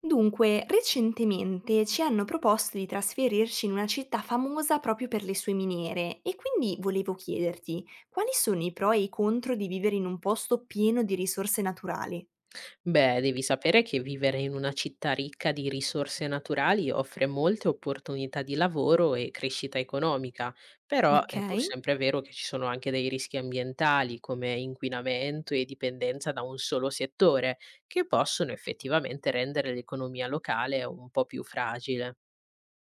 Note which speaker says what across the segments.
Speaker 1: Dunque, recentemente ci hanno proposto di trasferirci in una città famosa proprio per le sue miniere e quindi volevo chiederti quali sono i pro e i contro di vivere in un posto pieno di risorse naturali?
Speaker 2: Beh, devi sapere che vivere in una città ricca di risorse naturali offre molte opportunità di lavoro e crescita economica, però
Speaker 1: Ok,
Speaker 2: è pur sempre vero che ci sono anche dei rischi ambientali come inquinamento e dipendenza da un solo settore, che possono effettivamente rendere l'economia locale un po' più fragile.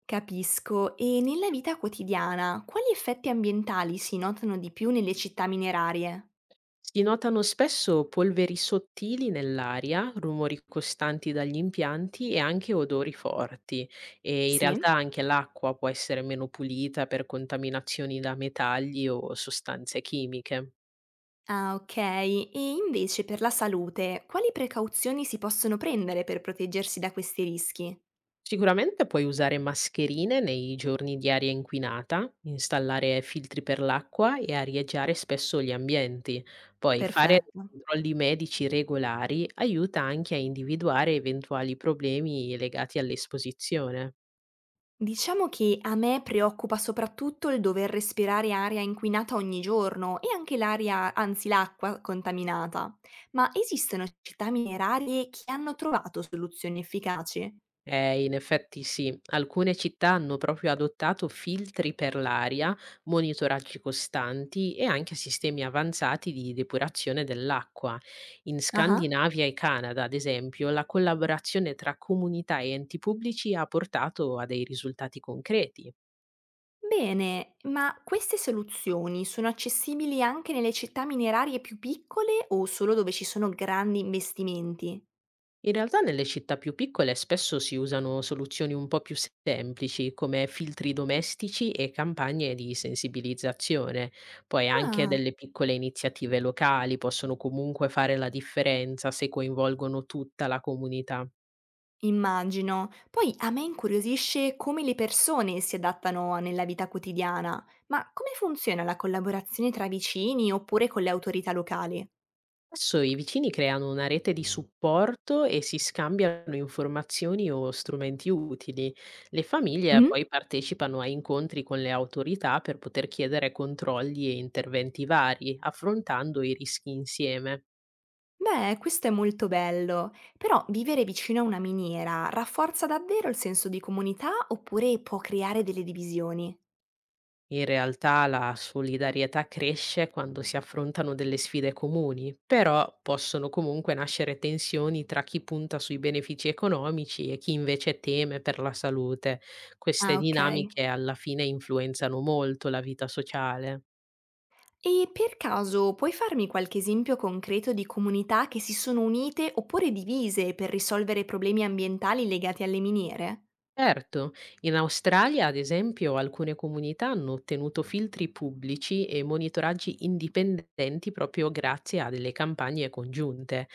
Speaker 1: capisco. E nella vita quotidiana, quali effetti ambientali si notano di più nelle città minerarie?
Speaker 2: Si notano spesso polveri sottili nell'aria, rumori costanti dagli impianti e anche odori forti. E in realtà
Speaker 1: Sì?
Speaker 2: anche l'acqua può essere meno pulita per contaminazioni da metalli o sostanze chimiche.
Speaker 1: Ah, ok. E invece per la salute, quali precauzioni si possono prendere per proteggersi da questi rischi?
Speaker 2: Sicuramente puoi usare mascherine nei giorni di aria inquinata, installare filtri per l'acqua e arieggiare spesso gli ambienti. Poi fare
Speaker 1: Perfetto.
Speaker 2: controlli medici regolari aiuta anche a individuare eventuali problemi legati all'esposizione.
Speaker 1: Diciamo che a me preoccupa soprattutto il dover respirare aria inquinata ogni giorno e anche l'aria, anzi l'acqua contaminata. Ma esistono città minerarie che hanno trovato soluzioni efficaci?
Speaker 2: In effetti sì, alcune città hanno proprio adottato filtri per l'aria, monitoraggi costanti e anche sistemi avanzati di depurazione dell'acqua. In
Speaker 1: Ah,
Speaker 2: Scandinavia e Canada, ad esempio, la collaborazione tra comunità e enti pubblici ha portato a dei risultati concreti.
Speaker 1: bene, ma queste soluzioni sono accessibili anche nelle città minerarie più piccole o solo dove ci sono grandi investimenti?
Speaker 2: In realtà nelle città più piccole spesso si usano soluzioni un po' più semplici, come filtri domestici e campagne di sensibilizzazione. Poi anche
Speaker 1: Ah.
Speaker 2: delle piccole iniziative locali possono comunque fare la differenza se coinvolgono tutta la comunità.
Speaker 1: Immagino. Poi a me incuriosisce come le persone si adattano nella vita quotidiana, ma come funziona la collaborazione tra vicini oppure con le autorità locali?
Speaker 2: Adesso i vicini creano una rete di supporto e si scambiano informazioni o strumenti utili. Le famiglie
Speaker 1: Mm?
Speaker 2: poi partecipano a incontri con le autorità per poter chiedere controlli e interventi vari, affrontando i rischi insieme.
Speaker 1: Beh, questo è molto bello, però vivere vicino a una miniera rafforza davvero il senso di comunità oppure può creare delle divisioni?
Speaker 2: In realtà la solidarietà cresce quando si affrontano delle sfide comuni, però possono comunque nascere tensioni tra chi punta sui benefici economici e chi invece teme per la salute. Queste
Speaker 1: Ah, ok.
Speaker 2: dinamiche alla fine influenzano molto la vita sociale.
Speaker 1: E per caso puoi farmi qualche esempio concreto di comunità che si sono unite oppure divise per risolvere problemi ambientali legati alle miniere?
Speaker 2: Certo, in Australia, ad esempio, alcune comunità hanno ottenuto filtri pubblici e monitoraggi indipendenti proprio grazie a delle campagne congiunte.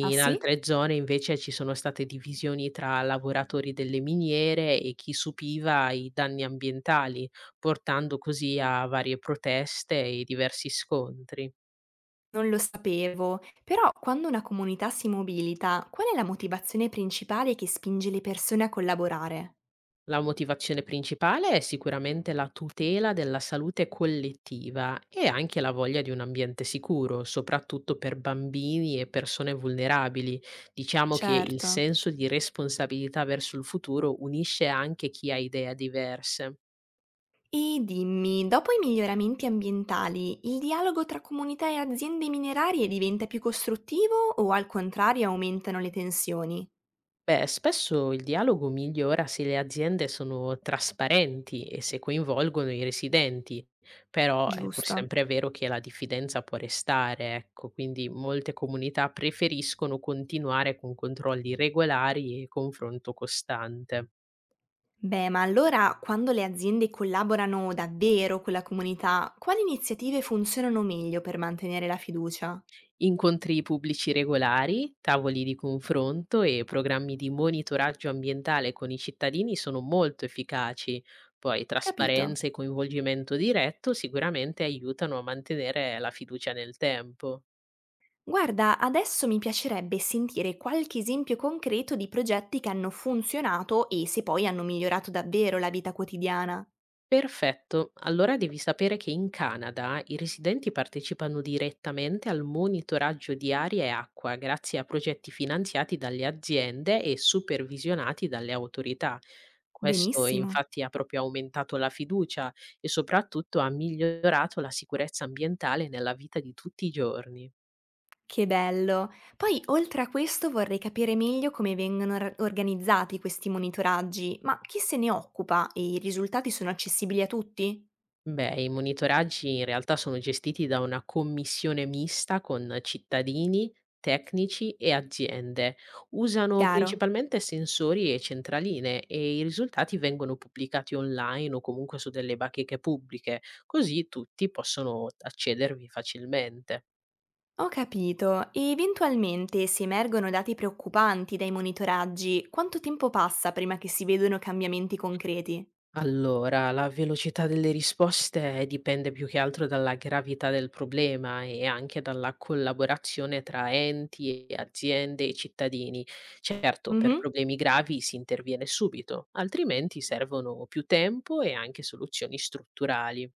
Speaker 1: Ah sì?
Speaker 2: altre zone invece ci sono state divisioni tra lavoratori delle miniere e chi subiva i danni ambientali, portando così a varie proteste e diversi scontri.
Speaker 1: Non lo sapevo, però quando una comunità si mobilita, qual è la motivazione principale che spinge le persone a collaborare?
Speaker 2: La motivazione principale è sicuramente la tutela della salute collettiva e anche la voglia di un ambiente sicuro, soprattutto per bambini e persone vulnerabili. Diciamo che il
Speaker 1: Certo.
Speaker 2: senso di responsabilità verso il futuro unisce anche chi ha idee diverse.
Speaker 1: E dimmi, dopo i miglioramenti ambientali, il dialogo tra comunità e aziende minerarie diventa più costruttivo o al contrario aumentano le tensioni?
Speaker 2: Beh, spesso il dialogo migliora se le aziende sono trasparenti e se coinvolgono i residenti, però è pur
Speaker 1: Giusto.
Speaker 2: sempre vero che la diffidenza può restare, ecco, quindi molte comunità preferiscono continuare con controlli regolari e confronto costante.
Speaker 1: Beh, ma allora quando le aziende collaborano davvero con la comunità, quali iniziative funzionano meglio per mantenere la fiducia?
Speaker 2: Incontri pubblici regolari, tavoli di confronto e programmi di monitoraggio ambientale con i cittadini sono molto efficaci. Poi
Speaker 1: Capito.
Speaker 2: trasparenza e coinvolgimento diretto sicuramente aiutano a mantenere la fiducia nel tempo.
Speaker 1: Guarda, adesso mi piacerebbe sentire qualche esempio concreto di progetti che hanno funzionato e se poi hanno migliorato davvero la vita quotidiana.
Speaker 2: Perfetto, allora devi sapere che in Canada i residenti partecipano direttamente al monitoraggio di aria e acqua grazie a progetti finanziati dalle aziende e supervisionati dalle autorità. Questo
Speaker 1: Benissimo.
Speaker 2: infatti ha proprio aumentato la fiducia e soprattutto ha migliorato la sicurezza ambientale nella vita di tutti i giorni.
Speaker 1: Che bello. Poi, oltre a questo, vorrei capire meglio come vengono organizzati questi monitoraggi, ma chi se ne occupa e i risultati sono accessibili a tutti?
Speaker 2: Beh, i monitoraggi in realtà sono gestiti da una commissione mista con cittadini, tecnici e aziende. Usano
Speaker 1: Chiaro.
Speaker 2: principalmente sensori e centraline e i risultati vengono pubblicati online o comunque su delle bacheche pubbliche, così tutti possono accedervi facilmente.
Speaker 1: Ho capito. E eventualmente, se emergono dati preoccupanti dai monitoraggi, quanto tempo passa prima che si vedano cambiamenti concreti?
Speaker 2: Allora, la velocità delle risposte dipende più che altro dalla gravità del problema e anche dalla collaborazione tra enti, e aziende e cittadini. Certo, per
Speaker 1: Mhm.
Speaker 2: problemi gravi si interviene subito, altrimenti servono più tempo e anche soluzioni strutturali.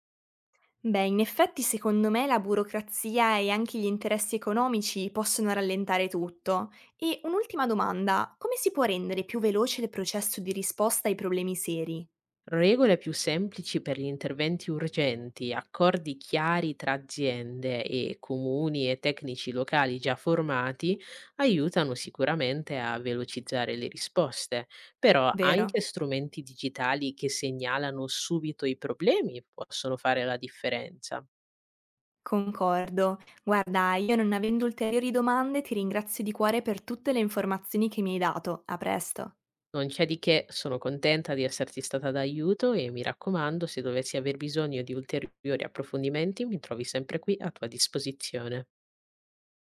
Speaker 1: Beh, in effetti secondo me la burocrazia e anche gli interessi economici possono rallentare tutto. E un'ultima domanda, come si può rendere più veloce il processo di risposta ai problemi seri?
Speaker 2: Regole più semplici per gli interventi urgenti, accordi chiari tra aziende e comuni e tecnici locali già formati aiutano sicuramente a velocizzare le risposte, però
Speaker 1: Vero?
Speaker 2: anche strumenti digitali che segnalano subito i problemi possono fare la differenza.
Speaker 1: Concordo. Guarda, io non avendo ulteriori domande ti ringrazio di cuore per tutte le informazioni che mi hai dato. A presto.
Speaker 2: Non c'è di che, sono contenta di esserti stata d'aiuto e mi raccomando, se dovessi aver bisogno di ulteriori approfondimenti, mi trovi sempre qui a tua disposizione.